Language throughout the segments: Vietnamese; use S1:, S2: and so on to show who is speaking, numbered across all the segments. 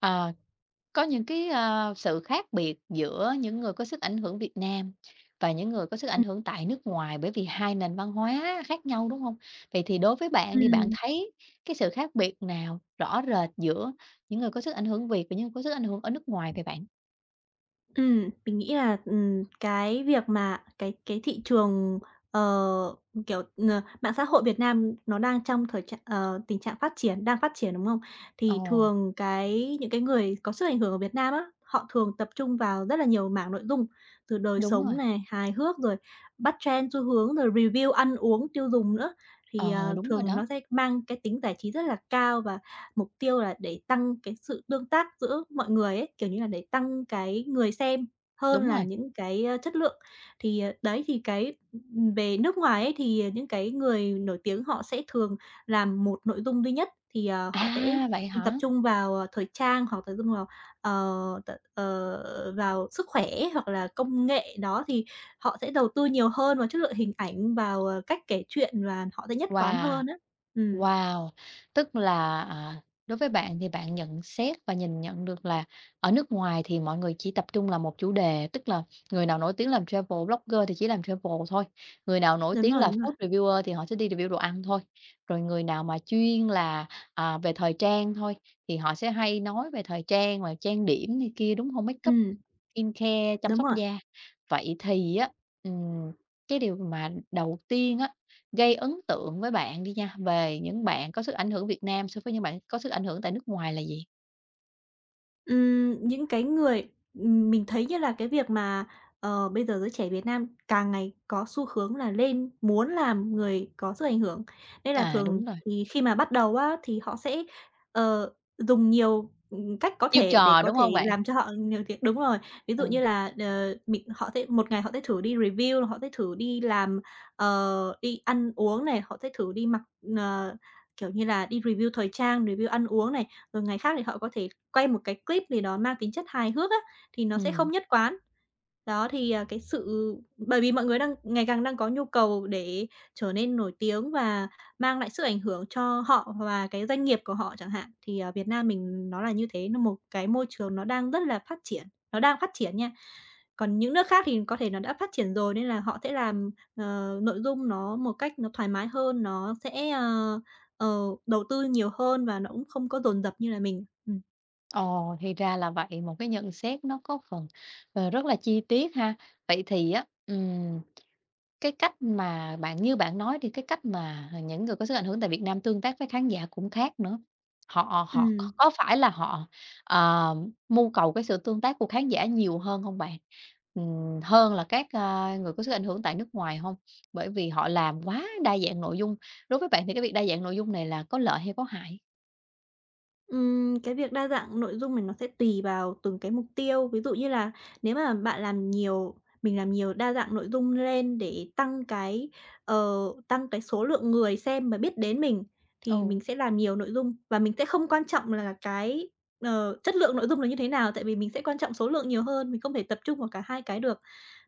S1: Ờ, có những cái, sự khác biệt giữa những người có sức ảnh hưởng Việt Nam và những người có sức ảnh
S2: Ừm,
S1: hưởng tại nước ngoài bởi vì hai nền văn hóa khác nhau, đúng không? Vậy thì đối với bạn thì bạn
S2: ừm,
S1: thấy cái sự khác biệt nào rõ rệt giữa những người có sức ảnh hưởng Việt và những người có sức ảnh hưởng ở nước ngoài vậy bạn?
S2: mình nghĩ là, cái việc mà cái thị trường, ờ, kiểu, mạng xã hội Việt Nam nó đang trong tình trạng phát triển đang phát triển, đúng không? Thì
S1: Ồ,
S2: thường những cái người có sức ảnh hưởng ở Việt Nam á, họ thường tập trung vào rất là nhiều mảng nội dung, từ đời
S1: đúng rồi.
S2: sống này, hài hước, rồi bắt trend, xu hướng, rồi review ăn uống, tiêu dùng nữa. Thì,
S1: Ờ, Đúng rồi
S2: thường
S1: đó.
S2: nó sẽ mang cái tính giải trí rất là cao và mục tiêu là để tăng cái sự tương tác giữa mọi người ấy, kiểu như là, để tăng cái người xem hơn
S1: Đúng
S2: là
S1: rồi.
S2: những cái, chất lượng. Thì, đấy, thì cái về nước ngoài ấy, thì, những cái người nổi tiếng họ sẽ thường làm một nội dung duy nhất, thì, họ sẽ
S1: À, vậy hả?
S2: tập trung vào, thời trang hoặc tập trung vào, vào sức khỏe hoặc là công nghệ. Đó, thì họ sẽ đầu tư nhiều hơn vào chất lượng hình ảnh, vào, cách kể chuyện và họ sẽ nhất quán
S1: Wow!
S2: hơn á. Ừm,
S1: Wow! Tức là, đối với bạn thì bạn nhận xét và nhìn nhận được là ở nước ngoài thì mọi người chỉ tập trung làm một chủ đề, tức là người nào nổi tiếng làm travel blogger thì chỉ làm travel thôi, người nào nổi
S2: đúng
S1: tiếng
S2: rồi,
S1: là
S2: đúng rồi.
S1: food reviewer thì họ sẽ đi review đồ ăn thôi, rồi người nào mà chuyên là, về thời trang thôi thì họ sẽ hay nói về thời trang và trang điểm này kia, đúng hông? Makeup,
S2: Ừm,
S1: skincare, chăm
S2: đúng
S1: sóc
S2: rồi.
S1: da. Vậy thì á, ừm, cái điều mà đầu tiên á, gây ấn tượng với bạn đi nha, về những bạn có sức ảnh hưởng Việt Nam so với những bạn có sức ảnh hưởng tại nước ngoài là gì?
S2: Những cái người mình thấy như là cái việc mà, bây giờ giới trẻ Việt Nam càng ngày có xu hướng là lên muốn làm người có sức ảnh hưởng. Nên là
S1: À,
S2: thường
S1: đúng rồi,
S2: thì khi mà bắt đầu á, thì họ sẽ, dùng nhiều, cách có
S1: chiêu
S2: thể để
S1: trò,
S2: có
S1: đúng
S2: thể
S1: không bạn?
S2: làm cho họ nhiều việc đúng rồi. Ví dụ
S1: Ừ.
S2: như là, ờ, mình họ sẽ một ngày họ sẽ thử đi review, họ sẽ thử đi làm, đi ăn uống này, họ sẽ thử đi mặc, ờ, kiểu như là, đi review thời trang, review ăn uống này, rồi ngày khác thì họ có thể quay một cái clip gì đó mang tính chất hài hước á, thì nó sẽ
S1: Ừm.
S2: không nhất quán. Đó, thì, à, cái sự bởi vì mọi người đang ngày càng có nhu cầu để trở nên nổi tiếng và mang lại sức ảnh hưởng cho họ và cái doanh nghiệp của họ chẳng hạn, thì, Việt Nam mình nó là như thế, nó một cái môi trường nó đang rất là phát triển, nó đang phát triển nha. Còn những nước khác thì có thể nó đã phát triển rồi nên là họ sẽ làm, nội dung nó một cách nó thoải mái hơn, nó sẽ, đầu tư nhiều hơn và nó cũng không có dồn dập như là mình. Ừm.
S1: Ồ, thì ra là vậy, một cái nhận xét nó có phần, rất là chi tiết ha. Vậy thì á. Cái cách mà bạn như bạn nói thì cái cách mà, những người có sức ảnh hưởng tại Việt Nam tương tác với khán giả cũng khác nữa. Họ họ
S2: Ừm.
S1: có phải là họ, ờ, mưu cầu cái sự tương tác của khán giả nhiều hơn không bạn? Hơn là các, người có sức ảnh hưởng tại nước ngoài không? Bởi vì họ làm quá đa dạng nội dung. Đối với bạn thì cái việc đa dạng nội dung này là có lợi hay có hại?
S2: Cái việc đa dạng nội dung này nó sẽ tùy vào từng cái mục tiêu. Ví dụ như là nếu mà bạn làm nhiều mình làm nhiều đa dạng nội dung lên để tăng cái số lượng người xem và biết đến mình, thì
S1: Ừ.
S2: mình sẽ làm nhiều nội dung và mình sẽ không quan trọng là cái, chất lượng nội dung là như thế nào, tại vì mình sẽ quan trọng số lượng nhiều hơn, mình không thể tập trung vào cả hai cái được.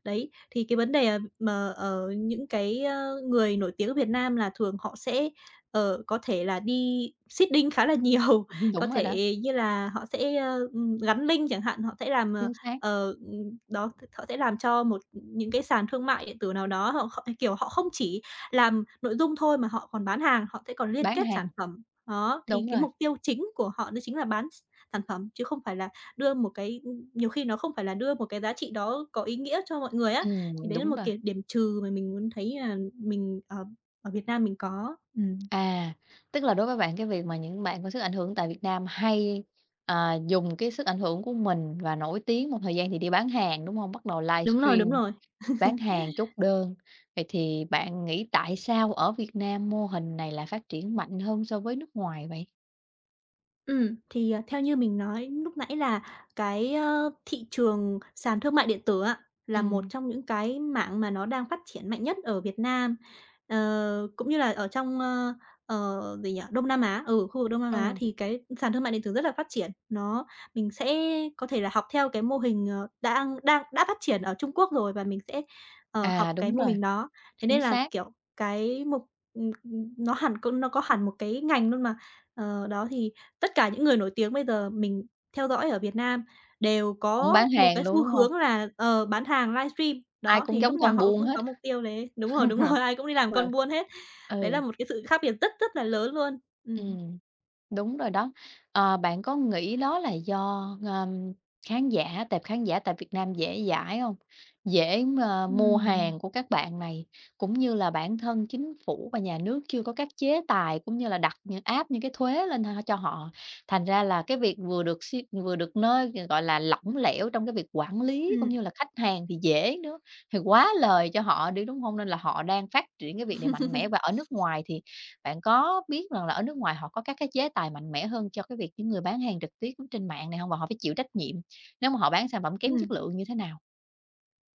S2: Đấy, thì cái vấn đề, mà ở những cái, người nổi tiếng ở Việt Nam là thường họ sẽ, có thể là đi seeding khá là nhiều. Có
S1: Đúng rồi đó.
S2: thể như là họ sẽ, gắn link chẳng hạn, họ sẽ làm,
S1: Chính xác.
S2: đó, họ sẽ làm cho những cái sàn thương mại điện tử nào đó, họ không chỉ làm nội dung thôi mà họ còn bán hàng, họ sẽ còn liên
S1: Bán
S2: kết sản
S1: hàng.
S2: phẩm. Đó, thì
S1: Đúng
S2: cái
S1: rồi.
S2: mục tiêu chính của họ đó chính là bán sản phẩm chứ không phải là đưa một cái ưm, nhiều khi nó không phải là đưa một cái giá trị đó có ý nghĩa cho mọi người á, thì
S1: Ừm.
S2: đấy là
S1: Đúng
S2: một,
S1: rồi.
S2: kiểu, điểm trừ mà mình muốn thấy là mình ở ở Việt Nam mình có.
S1: À, tức là đối với bạn cái việc mà những bạn có sức ảnh hưởng tại Việt Nam hay, dùng cái sức ảnh hưởng của mình và nổi tiếng một thời gian thì đi bán hàng, đúng không? Bắt đầu
S2: Đúng rồi, đúng
S1: livestream
S2: rồi.
S1: bán hàng, chốt đơn. Vậy thì bạn nghĩ tại sao ở Việt Nam mô hình này lại phát triển mạnh hơn so với nước ngoài vậy?
S2: Thì, à, theo như mình nói lúc nãy là cái, thị trường sàn thương mại điện tử á, là một
S1: Ừm.
S2: trong những cái mảng mà nó đang phát triển mạnh nhất ở Việt Nam, cũng như là ở trong, gì nhỉ, Đông Nam Á, ừ, khu vực Đông Nam Á
S1: Ừ.
S2: thì cái sàn thương mại điện tử rất là phát triển. Mình sẽ có thể là học theo cái mô hình, đang đang đã phát triển ở Trung Quốc rồi và mình sẽ,
S1: À,
S2: học cái
S1: đúng
S2: mô
S1: rồi,
S2: hình đó. Thế nên
S1: chính
S2: là,
S1: xác,
S2: kiểu, cái mục nó hẳn c nó có hẳn một cái ngành luôn mà. Đó thì tất cả những người nổi tiếng bây giờ mình theo dõi ở Việt Nam đều
S1: cũng
S2: có
S1: bán
S2: một
S1: hàng
S2: cái
S1: luôn,
S2: xu
S1: đúng không?
S2: hướng là, bán hàng livestream.
S1: Ai
S2: Đó,
S1: cũng
S2: thì
S1: giống
S2: lúc nào
S1: con
S2: họ
S1: buôn
S2: cũng
S1: hết.
S2: có mục tiêu đấy. Đúng rồi, ai cũng đi làm
S1: Ờ.
S2: con buôn hết. Đấy
S1: Ừ,
S2: là một cái sự khác biệt rất rất là lớn luôn. Ừm.
S1: ừm. Đúng rồi đó. Bạn có nghĩ đó là do, khán giả tệp khán giả tại Việt Nam dễ dãi không? Dễ, mua
S2: Ừm.
S1: hàng của các bạn này, cũng như là bản thân chính phủ và nhà nước chưa có các chế tài cũng như là đặt những áp những cái thuế lên cho họ. Thành ra là cái việc vừa được siết vừa được nơi, gọi là, lỏng lẻo trong cái việc quản lý cũng
S2: Ừm.
S1: như là khách hàng thì dễ nữa, thì quá lời cho họ đi, đúng không? Nên là họ đang phát triển cái việc này mạnh mẽ và ở nước ngoài thì bạn có biết rằng là ở nước ngoài họ có các cái chế tài mạnh mẽ hơn cho cái việc những người bán hàng trực tuyến trên mạng này không? Và họ phải chịu trách nhiệm nếu mà họ bán sản phẩm kém chất
S2: Ừm.
S1: lượng như thế nào?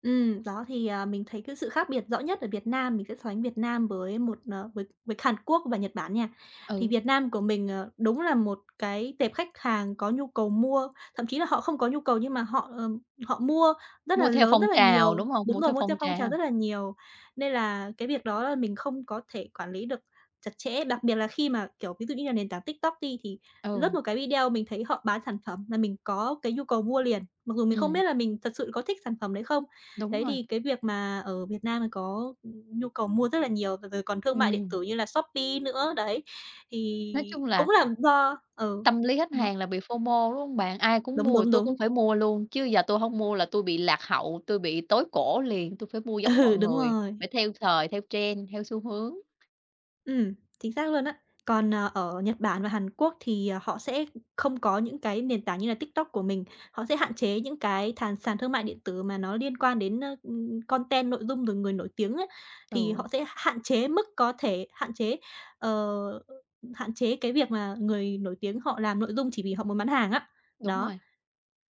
S2: Đó, thì, à, mình thấy cái sự khác biệt rõ nhất ở Việt Nam, mình sẽ so sánh Việt Nam với một, ờ, với Hàn Quốc và Nhật Bản nha. Thì
S1: Ừ,
S2: Việt Nam của mình, đúng là một cái tệp khách hàng có nhu cầu mua, thậm chí là họ không có nhu cầu nhưng mà họ mua rất
S1: mua
S2: là
S1: theo
S2: lớn,
S1: phong
S2: rất là
S1: trào,
S2: nhiều
S1: đúng không?
S2: đúng
S1: Mua
S2: rồi,
S1: theo
S2: mua
S1: phong
S2: theo phong trào
S1: trào.
S2: rất là nhiều. Nên là cái việc đó là mình không có thể quản lý được chặt chẽ, đặc biệt là khi mà, kiểu, ví dụ như là nền tảng TikTok đi, thì lướt
S1: Ừ,
S2: một cái video mình thấy họ bán sản phẩm là mình có cái nhu cầu mua liền, mặc dù mình không
S1: ừm,
S2: biết là mình thật sự có thích sản phẩm đấy không.
S1: đúng
S2: Đấy,
S1: rồi.
S2: thì cái việc mà ở Việt Nam thì có, nhu cầu mua rất là nhiều, rồi rồi còn thương mại điện
S1: Ừm,
S2: tử như là Shopee nữa, đấy,
S1: nói
S2: thì
S1: chung là
S2: cũng là do
S1: tâm lý khách
S2: nó
S1: hàng là bị FOMO, đúng hông bạn? Ai cũng
S2: đúng,
S1: mua thì
S2: đúng,
S1: tui
S2: đúng.
S1: cũng phải mua luôn, chứ giờ tôi không mua là tôi bị lạc hậu, tôi bị tối cổ liền, tôi phải mua giống mọi
S2: Ừ, đúng
S1: người,
S2: rồi.
S1: phải theo thời, theo trend, theo xu hướng.
S2: Ừm, chính xác luôn á. Còn, ở Nhật Bản và Hàn Quốc thì, họ sẽ không có những cái nền tảng như là TikTok của mình, họ sẽ hạn chế những cái sàn thương mại điện tử mà nó liên quan đến, content, nội dung rồi người nổi tiếng ấy, thì
S1: Ừ,
S2: họ sẽ hạn chế mức có thể, ờ, hạn chế cái việc mà người nổi tiếng họ làm nội dung chỉ vì họ muốn bán hàng á.
S1: đúng
S2: Đó,
S1: rồi.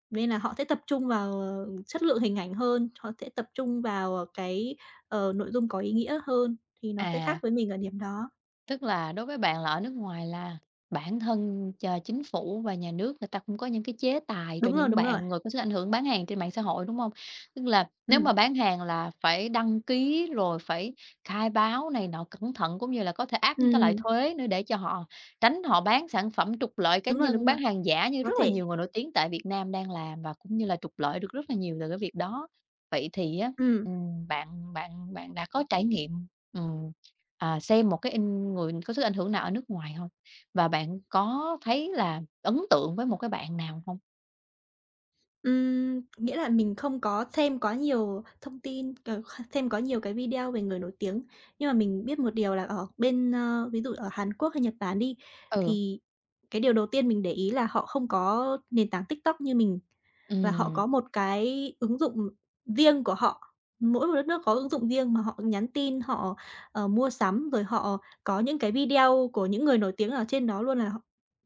S2: nên là họ sẽ tập trung vào, chất lượng hình ảnh hơn, họ sẽ tập trung vào, cái, nội dung có ý nghĩa hơn, thì nó sẽ khác
S1: À,
S2: với mình ở điểm đó.
S1: tức là đối với bạn là ở nước ngoài là bản thân chờ chính phủ và nhà nước người ta cũng có những cái chế tài cho
S2: Đúng rồi,
S1: những
S2: đúng rồi.
S1: bạn người có sức ảnh hưởng bán hàng trên mạng xã hội, đúng không? Tức là nếu
S2: Ừm.
S1: mà bán hàng là phải đăng ký rồi phải khai báo này nọ cẩn thận, cũng như là có thể áp những cái loại
S2: Ừm,
S1: thuế nữa để cho họ tránh họ bán sản phẩm trục lợi cá nhân,
S2: đúng
S1: bán
S2: rồi,
S1: hàng giả như
S2: có
S1: rất là
S2: thể.
S1: nhiều người nổi tiếng tại Việt Nam đang làm và cũng như là trục lợi được rất là nhiều từ cái việc đó. Vậy thì á,
S2: Ừm,
S1: bạn bạn bạn đã có trải nghiệm, ừm À, xem một cái người có sức ảnh hưởng nào ở nước ngoài hông? Và bạn có thấy là ấn tượng với một cái bạn nào hông?
S2: nghĩa là mình không có xem quá nhiều thông tin, ờ, kh xem quá nhiều cái video về người nổi tiếng, nhưng mà mình biết một điều là ví dụ ở Hàn Quốc hay Nhật Bản đi,
S1: Ừ.
S2: thì cái điều đầu tiên mình để ý là họ không có nền tảng TikTok như mình. Và họ
S1: Ừm.
S2: có một cái ứng dụng riêng của họ. Mỗi một đất nước có ứng dụng riêng mà họ nhắn tin, mua sắm, rồi họ có những cái video của những người nổi tiếng ở trên đó luôn, là họ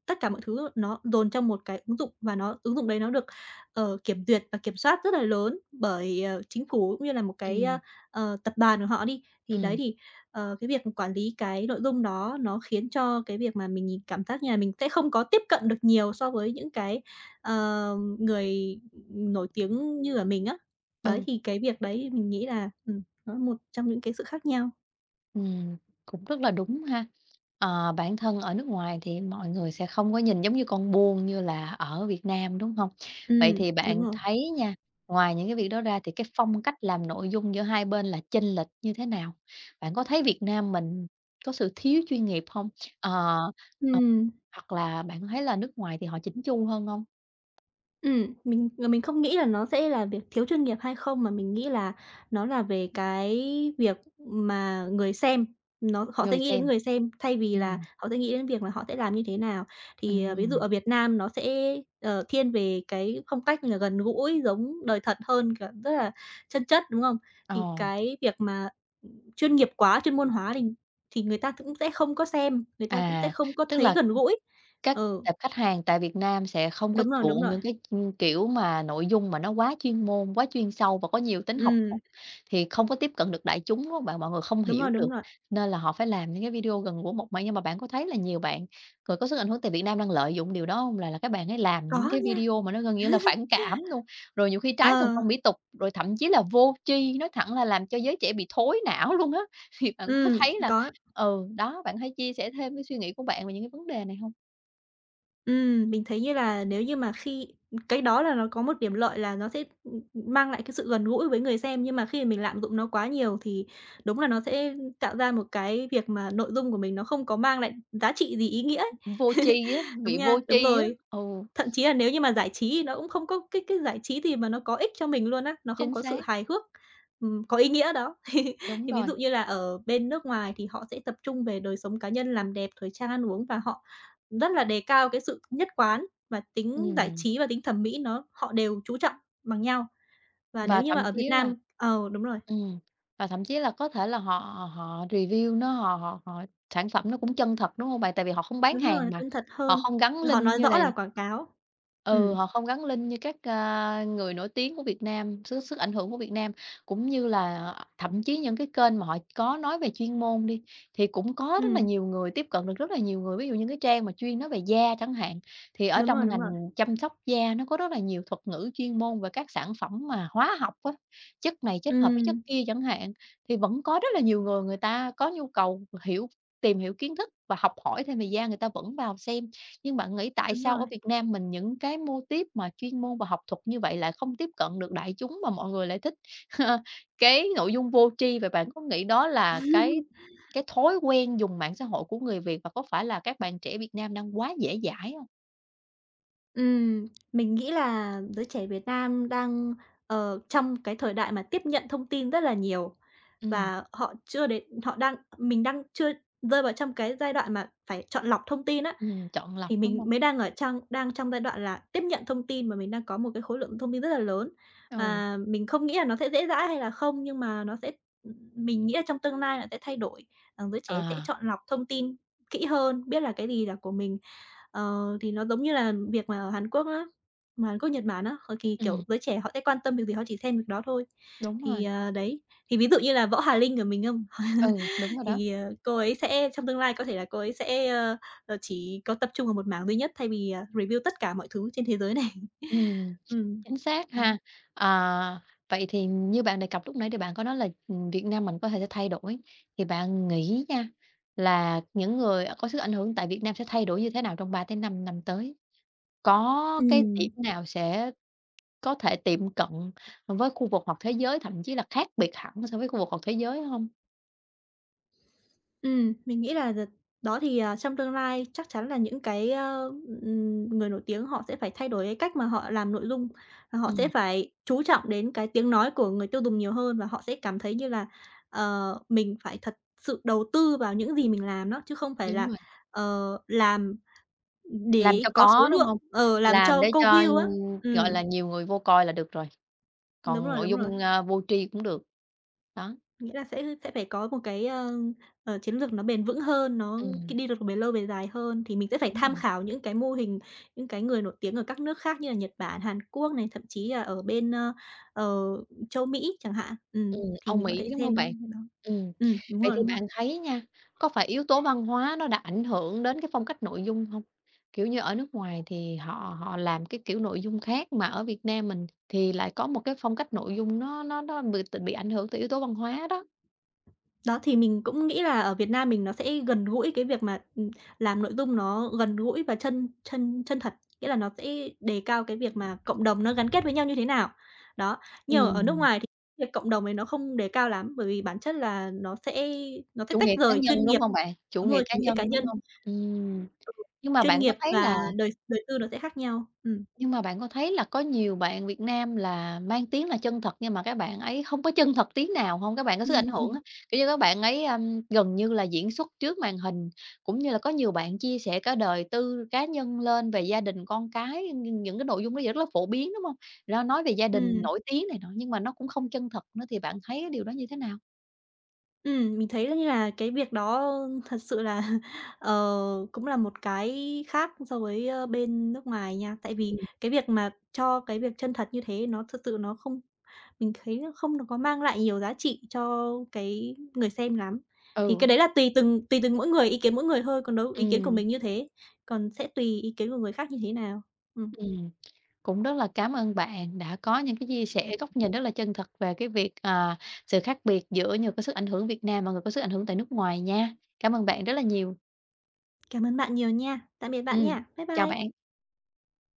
S2: tất cả mọi thứ nó dồn trong một cái ứng dụng và ứng dụng đấy nó được, kiểm duyệt và kiểm soát rất là lớn bởi, chính phủ cũng như là một cái,
S1: Ừm.
S2: tập đoàn của họ đi. Thì đấy
S1: Ừm.
S2: thì, cái việc quản lý cái nội dung đó nó khiến cho cái việc mà mình nhìn cảm giác như là mình sẽ không có tiếp cận được nhiều so với những cái, người nổi tiếng như ở mình á. Đấy,
S1: Ừ.
S2: thì cái việc đấy mình nghĩ là, nó một trong những cái sự khác nhau.
S1: Ừm, cũng rất là đúng ha. Bản thân ở nước ngoài thì mọi người sẽ không có nhìn giống như con buôn như là ở Việt Nam, đúng không? Vậy
S2: Ừm,
S1: thì
S2: đúng
S1: bạn
S2: rồi.
S1: thấy nha, ngoài những cái việc đó ra thì cái phong cách làm nội dung giữa hai bên là chênh lệch như thế nào? Bạn có thấy Việt Nam mình có sự thiếu chuyên nghiệp không? Ờ, ờ,
S2: Ừm.
S1: hoặc là bạn thấy là nước ngoài thì họ chỉnh chu hơn không?
S2: Mình không nghĩ là nó sẽ là việc thiếu chuyên nghiệp hay không, mà mình nghĩ là nó là về cái việc mà người xem, họ sẽ
S1: Người
S2: nghĩ đến
S1: xem.
S2: người xem thay vì là
S1: Ừm.
S2: họ sẽ nghĩ đến việc là họ sẽ làm như thế nào. Thì, ví dụ
S1: Ừm.
S2: ở Việt Nam nó sẽ, thiên về cái phong cách là gần gũi, giống đời thật hơn, kiểu, rất là chân chất, đúng không? Thì
S1: ờ,
S2: cái việc mà, chuyên nghiệp quá, chuyên môn hóa thì người ta cũng sẽ không có xem, người ta cũng sẽ
S1: à,
S2: không có
S1: Tức
S2: thấy
S1: là
S2: gần gũi.
S1: các
S2: Ừ,
S1: tệp khách hàng tại Việt Nam sẽ không có
S2: đúng rồi, đúng
S1: chuộng
S2: rồi.
S1: những cái, kiểu mà nội dung mà nó quá chuyên môn, quá chuyên sâu và có nhiều tính học
S2: Ừm,
S1: thuật thì không có tiếp cận được đại chúng, đúng hông bạn? Mọi người không
S2: đúng
S1: hiểu
S2: rồi,
S1: được,
S2: đúng rồi.
S1: nên là họ phải làm những cái video gần gũi mộc mạc. Nhưng mà bạn có thấy là nhiều bạn người có sức ảnh hưởng tại Việt Nam đang lợi dụng điều đó hông? Là các bạn ấy làm
S2: Có
S1: những cái
S2: nha.
S1: video mà nó gần như là phản cảm luôn, rồi nhiều khi
S2: Ờ,
S1: trái thuần phong mỹ tục, rồi thậm chí là vô tri, nói thẳng là làm cho giới trẻ bị thối não luôn á. Thì bạn có
S2: ừm,
S1: thấy là
S2: có.
S1: đó, bạn có thể chia sẻ thêm cái suy nghĩ của bạn về những cái vấn đề này hông?
S2: Mình thấy như là nếu như mà khi cái đó là nó có một điểm lợi là nó sẽ, mang lại cái sự gần gũi với người xem, nhưng mà khi mà mình lạm dụng nó quá nhiều thì đúng là nó sẽ tạo ra một cái việc mà nội dung của mình nó không có mang lại giá trị gì ý nghĩa ấy.
S1: Vô tri á,
S2: Đúng
S1: bị vô
S2: nha, đúng
S1: tri á,
S2: rồi.
S1: ừ,
S2: Thậm chí là nếu như mà giải trí nó cũng không có cái giải trí gì mà nó có ích cho mình luôn á, nó không
S1: chính
S2: có sự
S1: xác,
S2: hài hước, có ý nghĩa đó. Thì
S1: đúng
S2: thì ví
S1: rồi,
S2: dụ như là ở bên nước ngoài thì họ sẽ tập trung về đời sống cá nhân, làm đẹp, thời trang, ăn uống và họ rất là đề cao cái sự nhất quán và tính giải
S1: ừm,
S2: trí và tính thẩm mỹ nó họ đều chú trọng bằng nhau. Và
S1: và
S2: nếu như mà
S1: thậm
S2: ở Việt
S1: chí là
S2: Nam ờ,
S1: ừm, và thậm chí là có thể là họ họ review nó, họ họ họ sản phẩm nó cũng chân thật, đúng hông bạn? Tại vì họ không bán
S2: đúng
S1: hàng
S2: rồi,
S1: mà,
S2: chân thật
S1: họ
S2: hơn,
S1: không gắn
S2: và họ
S1: link
S2: nói
S1: như là.
S2: rõ là quảng cáo.
S1: Ừ,
S2: Ừm,
S1: họ không gắn link như các, người nổi tiếng của Việt Nam, sức sức ảnh hưởng của Việt Nam, cũng như là thậm chí những cái kênh mà họ có nói về chuyên môn đi, thì cũng có rất là
S2: ừm,
S1: nhiều người tiếp cận được rất là nhiều người. Ví dụ như cái trang mà chuyên nói về da chẳng hạn, thì ở
S2: đúng rồi,
S1: trong
S2: đúng rồi.
S1: ngành chăm sóc da nó có rất là nhiều thuật ngữ chuyên môn về các sản phẩm mà hóa học á, chất này kết hợp với chất
S2: Ừm,
S1: kia chẳng hạn, thì vẫn có rất là nhiều người người ta có nhu cầu hiểu tìm hiểu kiến thức và học hỏi thêm về da, người ta vẫn vào xem. Nhưng bạn nghĩ tại
S2: đúng
S1: sao ở
S2: rồi.
S1: Việt Nam mình những cái mô típ mà chuyên môn và học thuật như vậy lại không tiếp cận được đại chúng mà mọi người lại thích cái nội dung vô tri? Và bạn có nghĩ đó là cái thói quen dùng mạng xã hội của người Việt và có phải là các bạn trẻ Việt Nam đang quá dễ dãi không?
S2: Mình nghĩ là giới trẻ Việt Nam đang, ờ, trong cái thời đại mà tiếp nhận thông tin rất là nhiều
S1: Ừm,
S2: và họ chưa đến họ đang mình đang chưa rơi vào trong cái giai đoạn mà phải chọn lọc thông tin á.
S1: chọn lọc,
S2: Thì
S1: đúng
S2: mình
S1: không?
S2: mới đang trong giai đoạn là tiếp nhận thông tin mà mình đang có một cái khối lượng thông tin rất là lớn.
S1: Ừ,
S2: Và mình không nghĩ là nó sẽ dễ dãi hay là không, nhưng mà nó sẽ mình nghĩ là trong tương lai nó sẽ thay đổi, ờ, giới trẻ sẽ
S1: à,
S2: chọn lọc thông tin kỹ hơn, biết là cái gì là của mình. Ờ, thì nó giống như là việc mà ở Hàn Quốc á, mà Hàn Quốc, Nhật Bản á, họ thì,
S1: ừm,
S2: kiểu, giới trẻ họ sẽ quan tâm việc gì họ chỉ xem việc đó thôi.
S1: đúng
S2: Thì,
S1: rồi,
S2: ờ, đấy, thì ví dụ như là Võ Hà Linh của mình không,
S1: ừ, đúng rồi đó.
S2: thì, ờ, cô ấy sẽ trong tương lai có thể là cô ấy sẽ, chỉ có tập trung vào một mảng duy nhất thay vì, à, review tất cả mọi thứ trên thế giới này.
S1: Ừm,
S2: Ừm,
S1: chính xác
S2: đó.
S1: ha. Ờ, Vậy thì như bạn đề cập lúc nãy thì bạn có nói là, Việt Nam mình có thể sẽ thay đổi, thì bạn nghĩ nha, là những người có sức ảnh hưởng tại Việt Nam sẽ thay đổi như thế nào trong 3-5 năm tới? Có cái điểm
S2: Ừm.
S1: nào sẽ có thể tiệm cận với khu vực hoặc thế giới, thậm chí là khác biệt hẳn so với khu vực hoặc thế giới không?
S2: Mình nghĩ là d đó thì, à, trong tương lai chắc chắn là những cái, người nổi tiếng họ sẽ phải thay đổi cái cách mà họ làm nội dung, và họ sẽ
S1: Ừm.
S2: phải chú trọng đến cái tiếng nói của người tiêu dùng nhiều hơn và họ sẽ cảm thấy như là, ờ, mình phải thật sự đầu tư vào những gì mình làm đó, chứ không phải
S1: Đúng
S2: là,
S1: rồi.
S2: ờ, làm
S1: Làm
S2: để
S1: cho
S2: có số
S1: có, đúng
S2: lượng,
S1: không?
S2: ờ, làm
S1: Làm
S2: cho
S1: để
S2: câu
S1: cho,
S2: view á.
S1: gọi
S2: Ừ
S1: là, nhiều người vô coi là được rồi,
S2: đúng
S1: còn
S2: rồi,
S1: nội
S2: đúng rồi.
S1: dung, vô tri cũng được. Đó,
S2: Nghĩa là sẽ phải có một cái, chiến lược nó bền vững hơn, nó
S1: ừm.
S2: cái đi được về lâu về dài hơn, thì mình sẽ phải
S1: Đúng
S2: tham
S1: rồi,
S2: khảo những cái mô hình, những cái người nổi tiếng ở các nước khác như là Nhật Bản, Hàn Quốc này, thậm chí là ở bên, ờ, châu Mỹ chẳng hạn. Thì
S1: Âu
S2: mình có
S1: Mỹ,
S2: thể
S1: đúng hông bạn?
S2: xem cái đó.
S1: Ừm,
S2: Đúng
S1: vậy
S2: rồi,
S1: thì
S2: đúng rồi.
S1: bạn thấy nha, có phải yếu tố văn hóa nó đã ảnh hưởng đến cái phong cách nội dung hông? Kiểu như, ở nước ngoài thì họ họ làm cái kiểu nội dung khác, mà ở Việt Nam mình thì lại có một cái phong cách nội dung nó bị ảnh hưởng từ yếu tố văn hóa đó.
S2: Đó, thì mình cũng nghĩ là ở Việt Nam mình nó sẽ gần gũi cái việc mà, làm nội dung nó gần gũi và chân chân chân thật, nghĩa là nó sẽ đề cao cái việc mà cộng đồng nó gắn kết với nhau như thế nào. Đó, nhưng mà ở nước
S1: Ừm,
S2: ngoài thì việc cộng đồng ấy nó không đề cao lắm, bởi vì bản chất là nó sẽ
S1: chủ
S2: tách
S1: nghĩa cá
S2: rời
S1: nhân,
S2: chuyên
S1: đúng
S2: nghiệp
S1: hông bạn? Chủ
S2: đúng
S1: nghĩa
S2: rồi,
S1: cá
S2: chủ nghĩa
S1: nhân,
S2: cá
S1: đúng
S2: nhân.
S1: hông? Ừm,
S2: Ừ,
S1: nhưng mà
S2: chuyên
S1: bạn có
S2: nghiệp
S1: thấy
S2: và
S1: là.
S2: đời đời tư nó sẽ khác nhau.
S1: Nhưng mà bạn có thấy là có nhiều bạn Việt Nam là mang tiếng là chân thật nhưng mà các bạn ấy không có chân thật tí nào hông? Các bạn có sức ảnh hưởng á, kiểu như, các bạn ấy, gần như là diễn xuất trước màn hình, cũng như là có nhiều bạn chia sẻ cả đời tư cá nhân lên về gia đình, con cái, những cái nội dung đó giờ rất là phổ biến, đúng hông? Ra nói về gia đình
S2: Ừm.
S1: nổi tiếng này nọ nhưng mà nó cũng không chân thật nữa thì bạn thấy cái điều đó như thế nào?
S2: Mình thấy là như là cái việc đó thật sự là, ờ, cũng là một cái khác so với, ơ, bên nước ngoài nha. Tại vì
S1: Ừm,
S2: cái việc mà cho cái việc chân thật như thế nó thật sự nó không mình thấy nó không có mang lại nhiều giá trị cho cái người xem lắm. Thì
S1: ừ.
S2: cái đấy là tùy từng mỗi người, ý kiến mỗi người thôi, còn đâu ý kiến của
S1: Ừm,
S2: mình như thế, còn sẽ tùy ý kiến của người khác như thế nào. Ừm,
S1: ừm. Cũng rất là cảm ơn bạn đã có những cái chia sẻ góc nhìn rất là chân thật về cái việc, sự khác biệt giữa người có sức ảnh hưởng Việt Nam và người có sức ảnh hưởng tại nước ngoài nha. Cảm ơn bạn rất là nhiều.
S2: cảm ơn bạn nhiều nha. Tạm biệt bạn
S1: Ừm,
S2: nha. Bye
S1: chào bạn.
S2: bye.